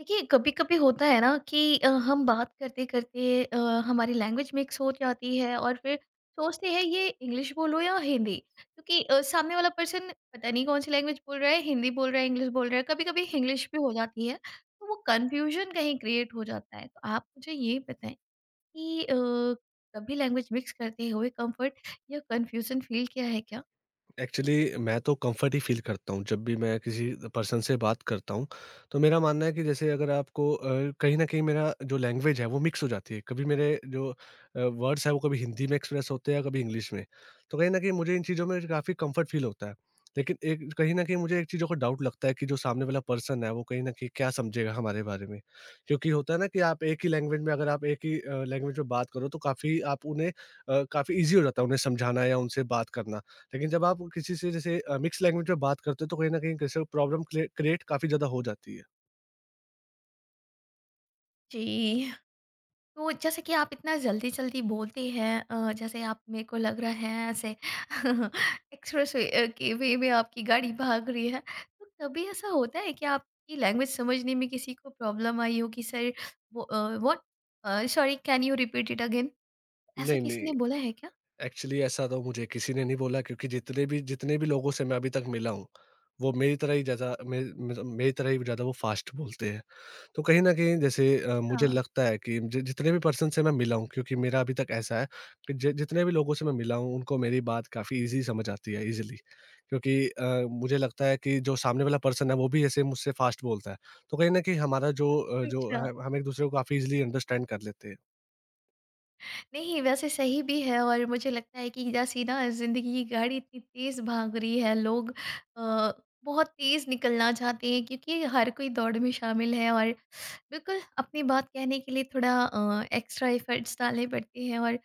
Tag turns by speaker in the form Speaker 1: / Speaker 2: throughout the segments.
Speaker 1: देखिए, कभी-कभी होता है ना कि हम बात करते-करते हमारी लैंग्वेज मिक्स हो जाती है और फिर सोचते हैं ये इंग्लिश बोलो या हिंदी, क्योंकि सामने वाला पर्सन पता नहीं कौन-सी लैंग्वेज बोल रहा है, हिंदी बोल रहा है, इंग्लिश बोल रहा है, कभी-कभी इंग्लिश भी हो जाती है, तो वो कन्फ्यूजन कहीं क्रिएट हो जाता है। तो आप मुझे ये बताएँ कि कभी लैंग्वेज मिक्स करते हुए कम्फर्ट या कन्फ्यूजन फ़ील किया है क्या?
Speaker 2: एक्चुअली मैं तो कंफर्ट ही फील करता हूँ जब भी मैं किसी पर्सन से बात करता हूँ। तो मेरा मानना है कि जैसे अगर आपको कहीं न कहीं मेरा जो लैंग्वेज है वो मिक्स हो जाती है। कभी मेरे जो वर्ड्स हैं वो कभी हिंदी में एक्सप्रेस होते हैं या कभी इंग्लिश में। तो कहीं न कहीं मुझे इन चीज़ों में काफ़ी कंफर्ट फील होता है। लेकिन एक कहीं न कहीं मुझे एक चीज़ों का डाउट लगता है कि जो सामने वाला पर्सन है वो कहीं न कहीं क्या समझेगा हमारे बारे में? क्योंकि होता है ना कि आप एक ही लैंग्वेज में अगर आप एक ही लैंग्वेज में बात करो तो काफ़ी आप उन्हें काफ़ी ईज़ी हो जाता है उन्हें समझाना या उनसे बात करना। लेकिन जब आप किसी से जैसे मिक्स लैंग्वेज में बात करते हो तो कहीं न कहीं कैसे प्रॉब्लम क्रिएट काफ़ी ज़्यादा हो जाती है।
Speaker 1: जी। तो जैसे कि आप इतना जल्दी-जल्दी बोलते हैं, जैसे आप, मेरे को लग रहा है ऐसे एक्सप्रेसवे के वे में आपकी गाड़ी भाग रही है। तो कभी ऐसा होता है कि आपकी लैंग्वेज समझने में किसी को प्रॉब्लम आई हो कि सर वो what, sorry, can you repeat it again? ऐसा
Speaker 2: नहीं,
Speaker 1: किसी
Speaker 2: नहीं।
Speaker 1: ने बोला है क्या?
Speaker 2: एक्चुअली ऐसा तो मुझे किसी ने नहीं बोला क्योंकि जितने भी लोगों से मैं अभी तक मिला हूँ, वो मेरी तरह ही ज़्यादा मेर मेर मेरी तरह ही ज़्यादा वो फ़ास्ट बोलते हैं। तो कहीं न कहीं जैसे मुझे
Speaker 1: अच्छा।
Speaker 2: लगता है कि जि जितने भी पर्सन से मैं मिला हूँ क्योंकि मेरा अभी तक ऐसा है कि जि जितने भी लोगों से मैं मिला हूँ उनको मेरी बात काफ़ी ईज़ी समझ आती है ईज़िली। क्योंकि
Speaker 1: जी।
Speaker 2: मुझे लगता है कि जो सामने वाला पर्सन है वो भी ऐसे मुझसे फ़ास्ट बोलता है। तो कहीं न कहीं हमारा जो
Speaker 1: अच्छा।
Speaker 2: है हम एक-दूसरे को काफ़ी ईज़िली अंडरस्टैंड कर लेते हैं।
Speaker 1: नहीं, वैसे सही भी है और मुझे लगता है कि जैसी ना ज़िंदगी की गाड़ी इतनी तेज़ भाग रही है, लोग अ, बहुत तेज़ निकलना चाहते हैं क्योंकि हर कोई दौड़ में शामिल है और बिल्कुल अपनी बात कहने के लिए थोड़ा एक्स्ट्रा एफ़र्ट्स डालने पड़ते हैं और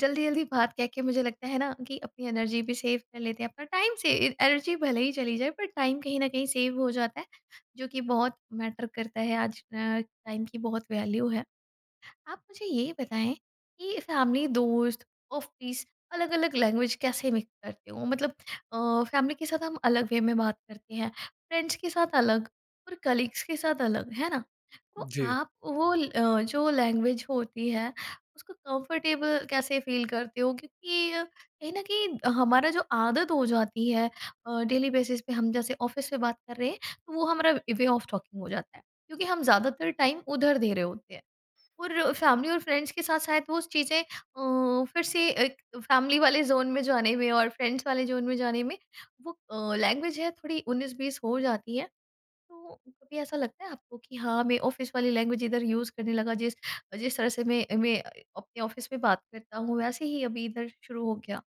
Speaker 1: जल्दी-जल्दी बात कह के मुझे लगता है ना कि अपनी एनर्जी भी सेव कर लेते हैं, अपना टाइम, से ए एनर्जी भले ही चली जाए पर टाइम कहीं न कहीं सेव हो जाता है, जो कि बहुत मैटर करता है आज। टाइम की बहुत वैल्यू है। आप मुझे ये बताएं कि फैमिली, दोस्त, ऑफिस, अलग अलग लैंग्वेज कैसे मिक्स करते हो? मतलब फैमिली के साथ हम अलग वे में बात करते हैं, फ्रेंड्स के साथ अलग और कलीग्स के साथ अलग, है ना? तो
Speaker 2: जी।
Speaker 1: आप वो जो लैंग्वेज होती है उसको कंफर्टेबल कैसे फील करते हो, क्योंकि कहीं ना कहीं हमारा जो आदत हो जाती है डेली बेसिस पे, हम जैसे ऑफिस में बात कर रहे हैं तो वो हमारा वे ऑफ टॉकिंग हो जाता है क्योंकि हम ज़्यादातर टाइम उधर दे रहे होते हैं और फैमिली और फ्रेंड्स के साथ शायद वो चीज़ें, फिर से एक फैमिली वाले ज़ोन में जाने में और फ्रेंड्स वाले ज़ोन में जाने में वो लैंग्वेज है थोड़ी 19-20 हो जाती है। तो कभी ऐसा लगता है आपको कि हाँ, मैं ऑफ़िस वाली लैंग्वेज इधर यूज़ करने लगा, जिस जिस तरह से मैं अपने ऑफ़िस में बात करता हूँ वैसे ही अभी इधर शुरू हो गया?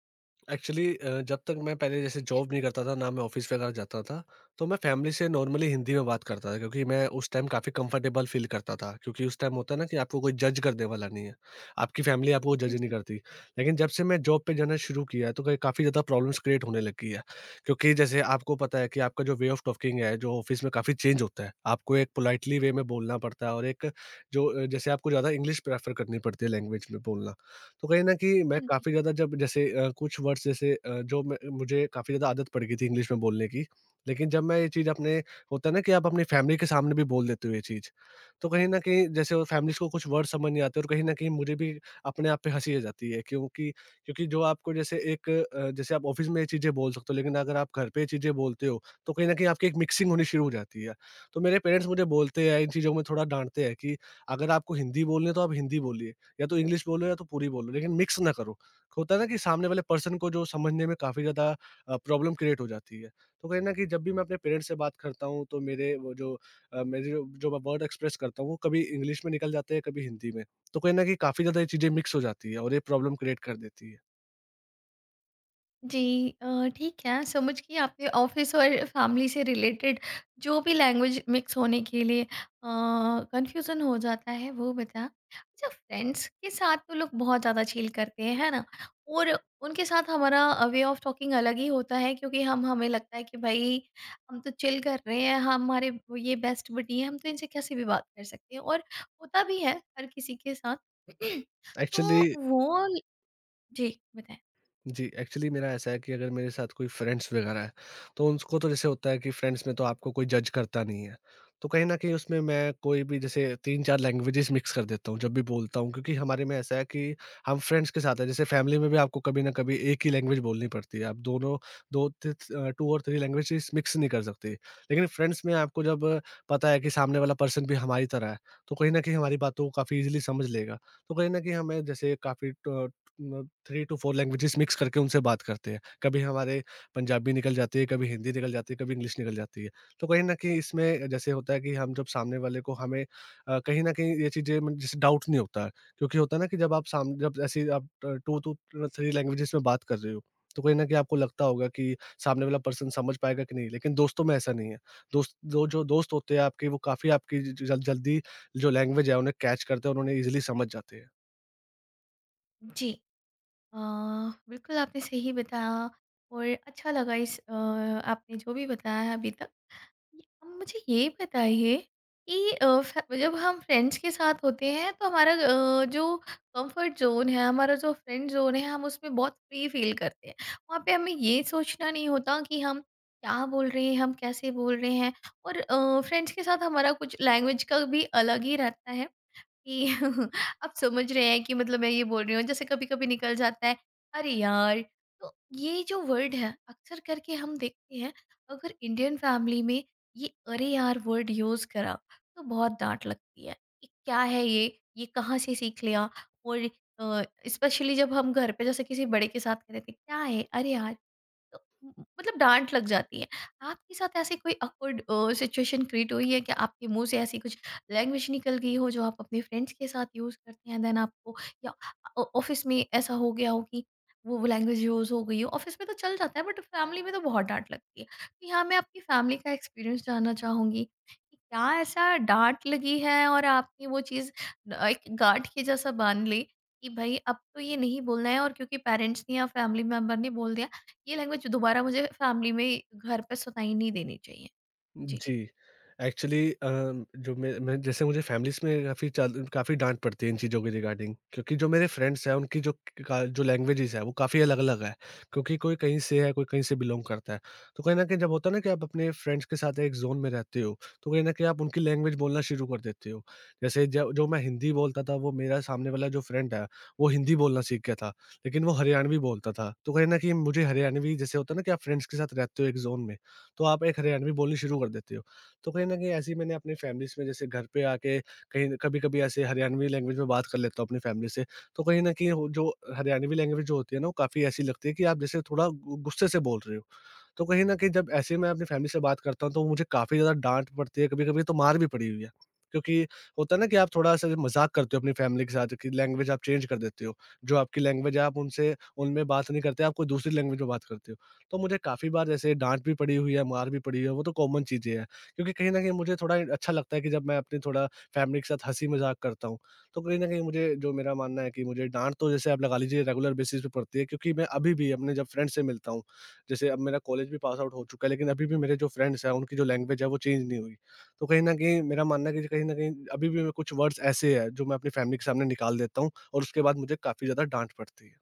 Speaker 2: एक्चुअली जब तक मैं पहले जैसे जॉब नहीं करता था, ना मैं ऑफ़िस वगैरह जाता था, तो मैं फ़ैमिली से नॉर्मली हिंदी में बात करता था क्योंकि मैं उस टाइम काफ़ी कंफर्टेबल फ़ील करता था। क्योंकि उस टाइम होता है ना कि आपको कोई जज करने वाला नहीं है, आपकी फ़ैमिली आपको
Speaker 1: हाँ
Speaker 2: जज नहीं
Speaker 1: जी।
Speaker 2: करती। लेकिन जब से मैं जॉब पे जाना शुरू किया है, तो कई काफ़ी ज़्यादा प्रॉब्लम्स क्रिएट होने लगी है। क्योंकि जैसे आपको पता है कि आपका जो वे ऑफ़ टॉकिंग है, जो ऑफ़िस में काफ़ी चेंज होता है। आपको एक पोलाइटली वे में बोलना पड़ता है और एक जो जैसे आपको ज़्यादा इंग्लिश प्रेफ़र करनी पड़ती है लैंग्वेज में बोलना। तो कहीं न कहीं
Speaker 1: हाँ
Speaker 2: मैं
Speaker 1: जी।
Speaker 2: काफ़ी ज़्यादा जब जैसे कुछ वर्ड्स जैसे जो मैं मुझे काफ़ी ज़्यादा आदत पड़ गई थी इंग्लिश में बोलने की। लेकिन जब मैं ये चीज़ अपने, होता है ना कि आप अपनी फैमिली के सामने भी बोल देते हो ये चीज़। तो कहीं न कहीं जैसे वो फैमिलीज़ को कुछ वर्ड समझ नहीं आते और कहीं न कहीं मुझे भी अपने आप पे हँसी आ जाती है, क्योंकि क्योंकि जो आपको जैसे एक जैसे आप ऑफ़िस में ये चीज़ें बोल सकते हो लेकिन अगर आप घर पे ये चीज़ें बोलते हो तो कहीं न कहीं आपकी एक मिक्सिंग होनी शुरू हो जाती है। तो मेरे पेरेंट्स मुझे बोलते हैं, इन चीज़ों में थोड़ा डाँटते हैं कि अगर आपको हिंदी बोलनी है तो आप हिंदी बोलिए। या तो इंग्लिश बोलो या तो पूरी बोलो, लेकिन मिक्स ना करो। होता है ना कि सामने वाले पर्सन को जो समझने में काफ़ी ज़्यादा प्रॉब्लम क्रिएट हो जाती है। तो कहीं न कहीं जब भी मैं अपने पेरेंट्स से बात करता हूँ, तो मेरे वो जो अ, मेरे जो जो मैं वर्ड एक्सप्रेस करता हूँ, वो कभी इंग्लिश में निकल जाते हैं, कभी हिंदी में। तो कहीं न कहीं काफ़ी ज़्यादा ये चीज़ें मिक्स हो जाती है और ये प्रॉब्लम क्रिएट कर देती है।
Speaker 1: जी, ठीक है, समझ गई। आपने ऑफ़िस और फैमिली से रिलेटेड जो भी लैंग्वेज मिक्स होने के लिए कन्फ्यूज़न हो जाता है वो बताया। अच्छा, फ्रेंड्स के साथ तो लोग बहुत ज़्यादा चिल करते हैं, है ना? और उनके साथ हमारा वे ऑफ़ टॉकिंग अलग ही होता है क्योंकि हम हमें लगता है कि भई हम तो चिल कर रहे हैं, हमारे वो ये बेस्ट बडी हैं, हम तो इनसे कैसे भी बात कर सकते हैं, और होता भी है हर किसी के साथ। तो
Speaker 2: एक्चुअली
Speaker 1: वो, जी, बताएँ?
Speaker 2: जी, एक्चुअली मेरा ऐसा है कि अगर मेरे साथ कोई फ्रेंड्स वगैरह है, तो उनको तो जैसे होता है कि फ्रेंड्स में तो आपको कोई जज करता नहीं है। तो कहीं न कहीं उसमें मैं कोई भी जैसे 3-4 लैंग्वेजेज़ मिक्स कर देता हूँ, जब भी बोलता हूँ, क्योंकि हमारे में ऐसा है कि हम फ्रेंड्स के साथ हैं, जैसे फैमिली में भी आपको कभी न कभी एक ही लैंग्वेज बोलनी पड़ती है। आप दोनों 2 और 3 लैंग्वेजेज़ मिक्स नहीं कर सकते। लेकिन फ्रेंड्स में आपको जब पता है कि सामने वाला पर्सन भी हमारी तरह है, तो कहीं न कहीं हमारी बातों को काफ़ी ईज़िली समझ लेगा। तो कहीं न कहीं हमें जैसे काफ़ी, ट three two four languages mix करके उनसे बात करते हैं। कभी हमारे पंजाबी निकल जाती है, कभी हिंदी निकल जाती है, कभी इंग्लिश निकल जाती है। तो कहीं ना कहीं इसमें जैसे होता है कि हम जब सामने वाले को, हमें कहीं ना कहीं ये चीज़ें मतलब जैसे डाउट नहीं होता है। क्योंकि होता है ना कि जब आप सामने जब ऐसी आप टू टू थ्री लैंग्वेजेस में बात कर रहे हो, तो कहीं ना कहीं आपको लगता होगा कि सामने वाला पर्सन समझ पाएगा कि नहीं, लेकिन दोस्तों में ऐसा नहीं है। दोस्त दो जो दोस्त होते हैं आपके, वो काफ़ी आपकी जल्दी जो लैंग्वेज है उन्हें कैच करते हैं और उन्हें इजिली समझ जाते हैं।
Speaker 1: जी। अ, बिल्कुल आपने सही बताया और अच्छा लगा। इस, आपने जो भी बताया है अभी तक, ये अब मुझे ये बताइए कि अ, फ जब हम फ्रेंड्स के साथ होते हैं तो हमारा जो कंफर्ट ज़ोन है, हमारा जो फ्रेंड ज़ोन है, हम उसमें बहुत फ्री फ़ील करते हैं। वहाँ पे हमें ये सोचना नहीं होता कि हम क्या बोल रहे हैं, हम कैसे बोल रहे हैं, और फ्रेंड्स के साथ हमारा कुछ लैंग्वेज का भी अलग ही रहता है कि आप समझ रहे हैं कि मतलब मैं ये बोल रही हूँ, जैसे कभी-कभी निकल जाता है, "अरे यार!" तो ये जो वर्ड है, अक्सर करके हम देखते हैं, अगर इंडियन फैमिली में ये "अरे यार!" वर्ड यूज़ करा तो बहुत डाँट लगती है। ये क्या है ये? ये कहाँ से सीख लिया? और अ, स्पेशली जब हम घर पे जैसे किसी बड़े के साथ कह देते हैं, "क्या है? अरे यार!" तो म मतलब डाँट लग जाती है। आपके साथ ऐसी कोई ऑकवर्ड सिचुएशन क्रिएट हुई है कि आपके मुँह से ऐसी कुछ लैंग्वेज निकल गई हो जो आप अपने फ्रेंड्स के साथ यूज़ करते हैं, देन आपको, या ऑफ़िस में ऐसा हो गया हो कि वो लैंग्वेज यूज़ हो गई हो? ऑफ़िस में तो चल जाता है, बट फैमिली में तो बहुत डाँट लगती है। तो यहाँ मैं आपकी फैमिली का एक्सपीरियंस जानना चाहूँगी कि क्या ऐसा डाँट लगी है और आपने वो चीज़ एक गाँठ के जैसा बाँध ली कि भई अब तो ये नहीं बोलना है, और क्योंकि पेरेंट्स ने या फैमिली मेंबर ने बोल दिया, ये लैंग्वेज दोबारा मुझे फैमिली में घर पे सुनाई नहीं देनी चाहिए। जी।
Speaker 2: जी। एक्चुअली जो मैं जैसे, मुझे फैमिलीज़ में काफ़ी डाँट पड़ती है इन चीज़ों के रिगार्डिंग, क्योंकि जो मेरे फ्रेंड्स हैं उनकी जो लैंग्वेजेज़ है वो काफ़ी अलग-अलग है। क्योंकि कोई कहीं से है, कोई कहीं से बिलॉन्ग करता है। तो कहीं न कहीं जब होता है ना कि आप अपने फ्रेंड्स के साथ एक ज़ोन में रहते हो, तो कहीं न कहीं आप उनकी लैंग्वेज बोलना शुरू कर देते हो। जैसे ज जो मैं हिंदी बोलता था, वो मेरा सामने वाला जो फ्रेंड है, वो हिंदी बोलना सीख गया था, लेकिन वो हरियाणवी बोलता था। तो कहीं न कहीं मुझे हरियाणवी, जैसे होता है ना कि आप फ्रेंड्स के साथ रहते हो एक ज़ोन में, तो आप एक हरियाणवी बोलनी शुरू कर देते हो। तो कहीं न कहीं ऐसे ही मैंने अपनी फैमिलीज़ में जैसे घर पे आके कहीं कभी-कभी ऐसे हरियाणवी लैंग्वेज में बात कर लेता हूँ अपनी फैमिली से। तो कहीं न कहीं वो जो हरियाणवी लैंग्वेज जो होती है ना, वो काफ़ी ऐसी लगती है कि आप जैसे थोड़ा गु गुस्से से बोल रहे हो। तो कहीं न कहीं जब ऐसे मैं अपनी फैमिली से बात करता हूँ, तो मुझे काफ़ी ज़्यादा डाँट पड़ती है, कभी-कभी तो मार भी पड़ी हुई है। क्योंकि होता है ना कि आप थोड़ा-सा मज़ाक करते हो अपनी फैमिली के साथ कि लैंग्वेज आप चेंज कर देते हो। जो आपकी लैंग्वेज है आप उनसे उनमें बात नहीं करते, आप कोई दूसरी लैंग्वेज में बात करते हो। तो मुझे काफ़ी बार ऐसे डाँट भी पड़ी हुई है, मार भी पड़ी हुई है, वो तो कॉमन चीज़ें हैं। क्योंकि कहीं न कहीं मुझे थोड़ा अच्छा लगता है कि जब मैं अपनी थोड़ा फैमिली के साथ हँसी-मज़ाक करता हूँ, तो कहीं न कहीं मुझे, जो मेरा मानना है कि मुझे डाँट तो जैसे आप लगा लीजिए रेगुलर बेसिस पे पड़ती है, क्योंकि मैं अभी भी अपने जब फ्रेंड से मिलता हूँ, जैसे अब मेरा कॉलेज भी पास आउट हो चुका है, लेकिन अभी भी मेरे जो फ्रेंड्स हैं उनकी जो लैंग्वेज है वो चेंज नहीं हुई। तो कहीं न कहीं मेरा मानना है कि कहीं न कहीं अभी भी मैं कुछ वर्ड्स ऐसे हैं जो मैं अपनी फैमिली के सामने निकाल देता हूँ और उसके बाद मुझे काफ़ी ज़्यादा डाँट पड़ती है।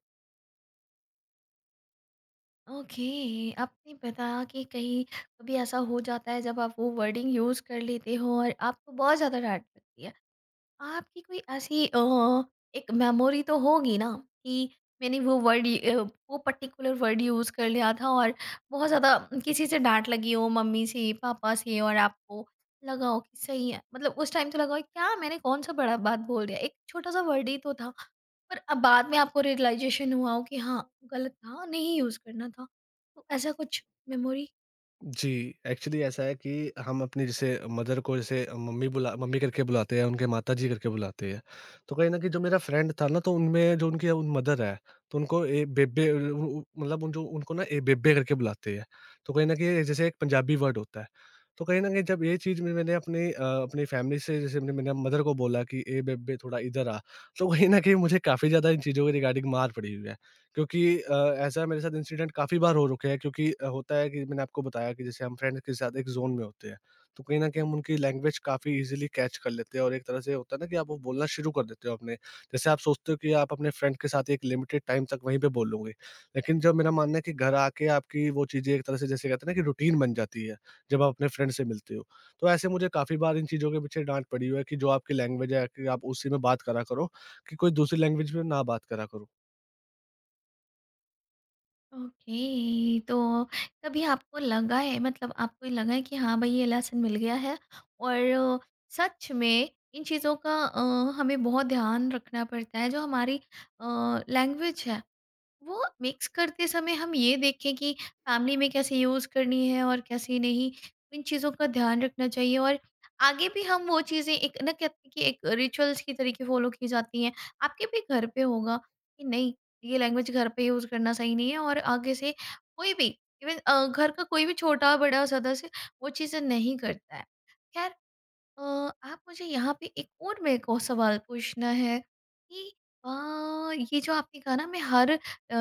Speaker 1: ओके, अब नहीं पता कि कहीं कभी ऐसा हो जाता है जब आप वो वर्डिंग यूज़ कर लेते हो और आपको बहुत ज़्यादा डाँट लगती है। आपकी कोई ऐसी एक मेमोरी तो होगी ना कि मैंने वो पर्टिकुलर वर्ड यूज़ कर लिया था और बहुत ज़्यादा किसी से डांट लगी हो, मम्मी से, पापा से, और आपको लगा हो कि सही है, मतलब उस टाइम तो लगा हो क्या मैंने कौन सा बड़ा बात बोल दिया, एक छोटा सा वर्ड ही तो था, पर अब बाद में आपको रियलाइजेशन हुआ हो कि हाँ गलत था, नहीं यूज़ करना था, तो ऐसा कुछ मेमोरी?
Speaker 2: जी, एक्चुअली ऐसा है कि हम अपनी जैसे मदर को जैसे मम्मी करके बुलाते हैं, उनके माताजी करके बुलाते हैं। तो कहीं न कहीं जो मेरा फ्रेंड था ना, तो उनमें जो उनकी उन मदर है, तो उनको ए बेबे उ उ मतलब, उन जो उनको ना ए बेबे करके बुलाते हैं। तो कहीं न कहीं जैसे एक पंजाबी वर्ड होता है। तो कहीं न कहीं जब ये चीज़ में मैंने अपनी फैमिली से, जैसे मैंने मैंने मदर को बोला कि, "ए बेबे थोड़ा इधर आ।" तो कहीं न कहीं मुझे काफ़ी ज़्यादा इन चीज़ों के रिगार्डिंग मार पड़ी हुई है। क्योंकि ऐसा मेरे साथ इंसिडेंट काफ़ी बार हो रखे हैं, क्योंकि होता है कि मैंने आपको बताया कि जैसे हम फ्रेंड्स के साथ एक ज़ोन में होते हैं, तो कहीं न कहीं हम उनकी लैंग्वेज काफ़ी ईज़िली कैच कर लेते हैं और एक तरह से होता है ना कि आप वो बोलना शुरू कर देते हो अपने, जैसे आप सोचते हो कि आप अपने फ्रेंड के साथ एक लिमिटेड टाइम तक वहीं पे बोलोगे। लेकिन जब, मेरा मानना है कि घर आके आपकी वो चीज़ें एक तरह से जैसे कहते हैं ना कि रूटीन बन जाती है, जब आप अपने फ्रेंड से मिलते हो। तो ऐसे मुझे काफ़ी बार इन चीज़ों के पीछे डाँट पड़ी हुई है कि जो आपकी लैंग्वेज है कि आप उसी में बात करा करो, कि कोई दूसरी लैंग्वेज में ना बात करा करो।
Speaker 1: ओके, तो कभी आपको लगा है, मतलब आपको ये लगा है कि हाँ भाई, ये लेसन मिल गया है और सच में इन चीज़ों का हमें बहुत ध्यान रखना पड़ता है? जो हमारी लैंग्वेज है वो मिक्स करते समय हम ये देखें कि फैमिली में कैसे यूज़ करनी है और कैसे नहीं, इन चीज़ों का ध्यान रखना चाहिए, और आगे भी हम वो चीज़ें, एक ना कहते हैं कि एक रिचुअल्स की तरीके फ़ॉलो की जाती हैं। आपके भी घर पे होगा कि नहीं, ये लैंग्वेज घर पे यूज़ करना सही नहीं है और आगे से कोई भी, इवन घर का कोई भी छोटा-बड़ा सदस्य वो चीज़ें नहीं करता है। ख़ैर, अ, आप मुझे यहाँ पे एक और, मेरे को सवाल पूछना है कि अ, ये जो आपने कहा ना, मैं हर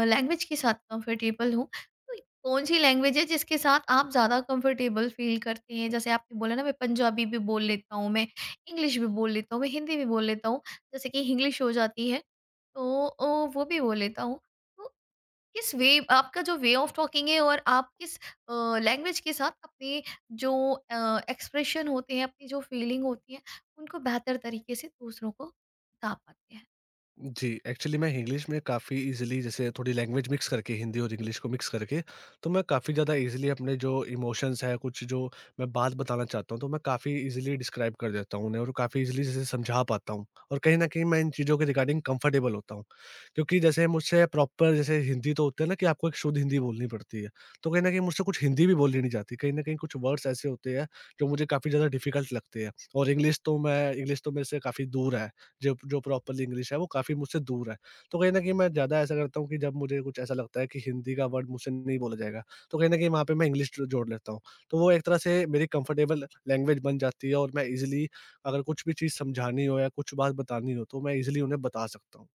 Speaker 1: लैंग्वेज के साथ कंफर्टेबल हूँ, तो कौन सी लैंग्वेज है जिसके साथ आप ज़्यादा कंफर्टेबल फील करते हैं? जैसे आपने बोला ना मैं पंजाबी भी बोल लेता हूँ, मैं इंग्लिश भी बोल लेता हूँ, मैं हिंदी भी बोल लेता हूँ, जैसे कि इंग्लिश हो जाती है तो वो भी बोल लेता हूँ। तो किस वे, आपका जो वे ऑफ टॉकिंग है और आप किस लैंग्वेज के साथ अपने जो एक्सप्रेशन होते हैं, अपनी जो फीलिंग होती है, उनको बेहतर तरीके से दूसरों को बता पाते हैं?
Speaker 2: जी, एक्चुअली मैं इंग्लिश में काफ़ी इज़िली, जैसे थोड़ी लैंग्वेज मिक्स करके, हिंदी और इंग्लिश को मिक्स करके, तो मैं काफ़ी ज़्यादा इज़िली अपने जो इमोशंस हैं, कुछ जो मैं बात बताना चाहता हूँ, तो मैं काफ़ी इज़िली डिस्क्राइब कर देता हूँ उन्हें और काफ़ी इज़िली जैसे समझा पाता हूँ। और कहीं न कहीं मैं इन चीज़ों के रिगार्डिंग कंफर्टेबल होता हूँ, क्योंकि जैसे मुझसे प्रॉपर, जैसे हिंदी, तो होता है ना कि आपको एक शुद्ध हिंदी बोलनी पड़ती है, तो कहीं न कहीं मुझसे कुछ हिंदी भी बोलनी नहीं जाती। कहीं न कहीं कुछ वर्ड्स ऐसे होते हैं, जो मुझे काफ़ी ज़्यादा डिफ़िकल्ट लगते हैं और इंग्लिश तो मेरे से काफ़ी दूर है। जो जो प्रॉपरली इंग्लिश है वो काफ़ी मुझसे दूर है। तो कहीं न कहीं मैं ज़्यादा ऐसा करता हूँ कि जब मुझे कुछ ऐसा लगता है कि हिंदी का वर्ड मुझसे नहीं बोला जाएगा, तो कहीं न कहीं वहाँ पे मैं इंग्लिश जो जोड़ लेता हूँ। तो वो एक तरह से मेरी कंफर्टेबल लैंग्वेज बन जाती है और मैं ईज़िली, अगर कुछ भी चीज़ समझानी हो या कुछ बात बतानी हो, तो मैं ईज़िली उन्हें बता सकता हूँ।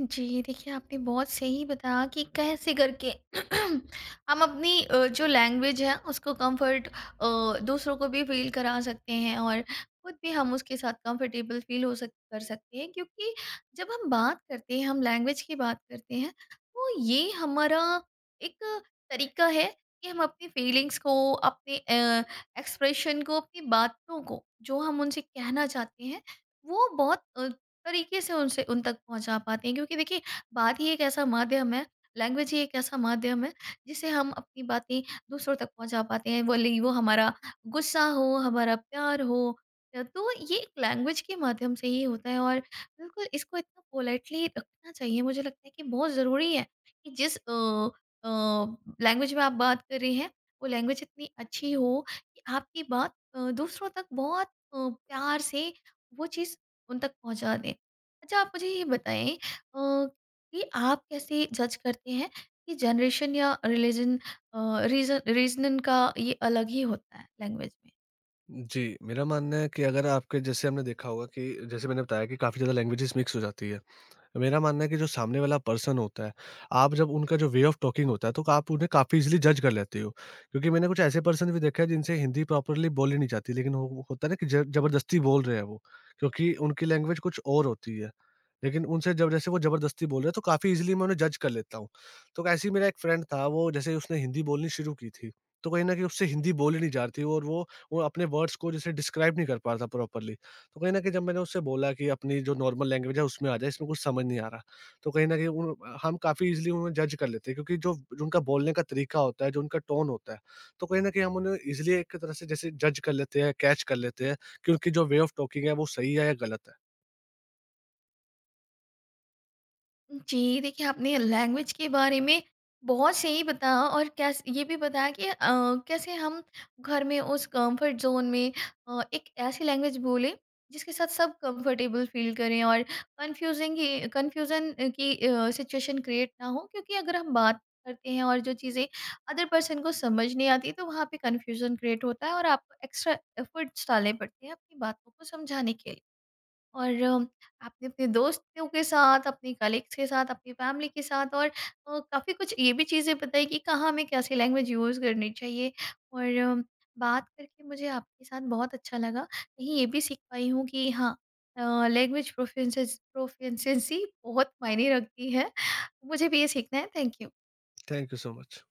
Speaker 1: जी, देखिए आपने बहुत सही बताया कि कैसे करके हम अपनी जो लैंग्वेज है उसको कंफर्ट, दूसरों को भी फील करा सकते हैं और खुद भी हम उसके साथ कंफर्टेबल फील हो सक कर सकते हैं, क्योंकि जब हम बात करते हैं, हम लैंग्वेज की बात करते हैं, तो ये हमारा एक तरीका है कि हम अपनी फीलिंग्स को, अपने एक्सप्रेशन को, अपनी बातों को, जो हम उनसे कहना चाहते हैं, वो बहुत तरीके से उनसे, उन तक पहुँचा पाते हैं, क्योंकि देखिए बात ही एक ऐसा माध्यम है, लैंग्वेज ही एक ऐसा माध्यम है जिससे हम अपनी बातें दूसरों तक पहुँचा पाते हैं, भले ही वो हमारा गुस्सा हो, हमारा प्यार हो। तो ये एक लैंग्वेज के माध्यम से ही होता है और बिल्कुल इसको इतना पोलाइटली रखना चाहिए, मुझे लगता है कि बहुत ज़रूरी है कि जिस अ, लैंग्वेज में आप बात कर रहे हैं, वो लैंग्वेज इतनी अच्छी हो कि आपकी बात दूसरों तक बहुत प्यार से वो चीज़ उन तक पहुँचा दें। अच्छा, आप मुझे ये बताएँ कि आप कैसे जज करते हैं कि जनरेशन या रिलीजन, रीज़निंग का ये अलग ही होता है लैंग्वेज में?
Speaker 2: जी, मेरा मानना है कि अगर आपके, जैसे हमने देखा होगा कि जैसे मैंने बताया कि काफ़ी ज़्यादा लैंग्वेजेस मिक्स हो जाती है। मेरा मानना है कि जो सामने वाला पर्सन होता है, आप जब उनका जो वे ऑफ टॉकिंग होता है, तो आप उन्हें काफ़ी ईज़िली जज कर लेते हो। क्योंकि मैंने कुछ ऐसे पर्सन भी देखे हैं जिनसे हिंदी प्रॉपरली बोली नहीं जाती, लेकिन वो होता है ना कि ज ज़बरदस्ती बोल रहे हैं वो, क्योंकि उनकी लैंग्वेज कुछ और होती है। लेकिन उनसे जब, जैसे वो ज़बरदस्ती बोल रहे हैं, तो काफ़ी ईज़िली मैं उन्हें जज कर लेता हूँ। तो ऐसे ही मेरा एक फ्रेंड था, वो जैसे उसने हिंदी बोलनी शुरू की थी, तो कहीं न कहीं उससे हिंदी बोली नहीं जा रही थी और वो अपने वर्ड्स को जैसे डिस्क्राइब नहीं कर पा रहा था प्रॉपरली। तो कहीं न कहीं जब मैंने उससे बोला कि अपनी जो नॉर्मल लैंग्वेज है उसमें आ जा, इसमें कुछ समझ नहीं आ रहा। तो कहीं न कहीं उन हम काफ़ी ईज़िली उन्हें जज कर लेते हैं, क्योंकि जो जो उनका बोलने का तरीका होता है, जो उनका टोन होता है, तो कहीं न कहीं हम उन्हें ईज़िली एक तरह से जैसे जज कर लेते हैं, कैच कर लेते हैं कि उनकी जो वे ऑफ टॉकिंग है वो सही है या गलत है।
Speaker 1: जी, देखिए आपने लैंग्वेज के बारे में बहुत सही बताया और कैस ये भी बताया कि कैसे हम घर में उस कंफर्ट ज़ोन में एक ऐसी लैंग्वेज बोलें जिसके साथ सब कंफर्टेबल फ़ील करें और कन्फ्यूज़िंग की कन्फ्यूज़न की सिचुएशन क्रिएट ना हो, क्योंकि अगर हम बात करते हैं और जो चीज़ें अदर पर्सन को समझ नहीं आती, तो वहाँ पे कन्फ्यूज़न क्रिएट होता है और आपको एक्स्ट्रा एफर्ट्स डालने पड़ते हैं अपनी बातों को समझाने के लिए। और आपने अपने दोस्तों के साथ, अपने कलीग्स के साथ, अपनी फैमिली के साथ, और काफ़ी कुछ ये भी चीज़ें बताई कि कहाँ हमें कैसी लैंग्वेज यूज़ करनी चाहिए। और बात करके मुझे आपके साथ बहुत अच्छा लगा। कहीं ये भी सीख पाई हूँ कि हाँ, लैंग्वेज प्रोफिशिएंसी बहुत मायने रखती है। मुझे भी ये सीखना है। Thank you.
Speaker 2: Thank you so much.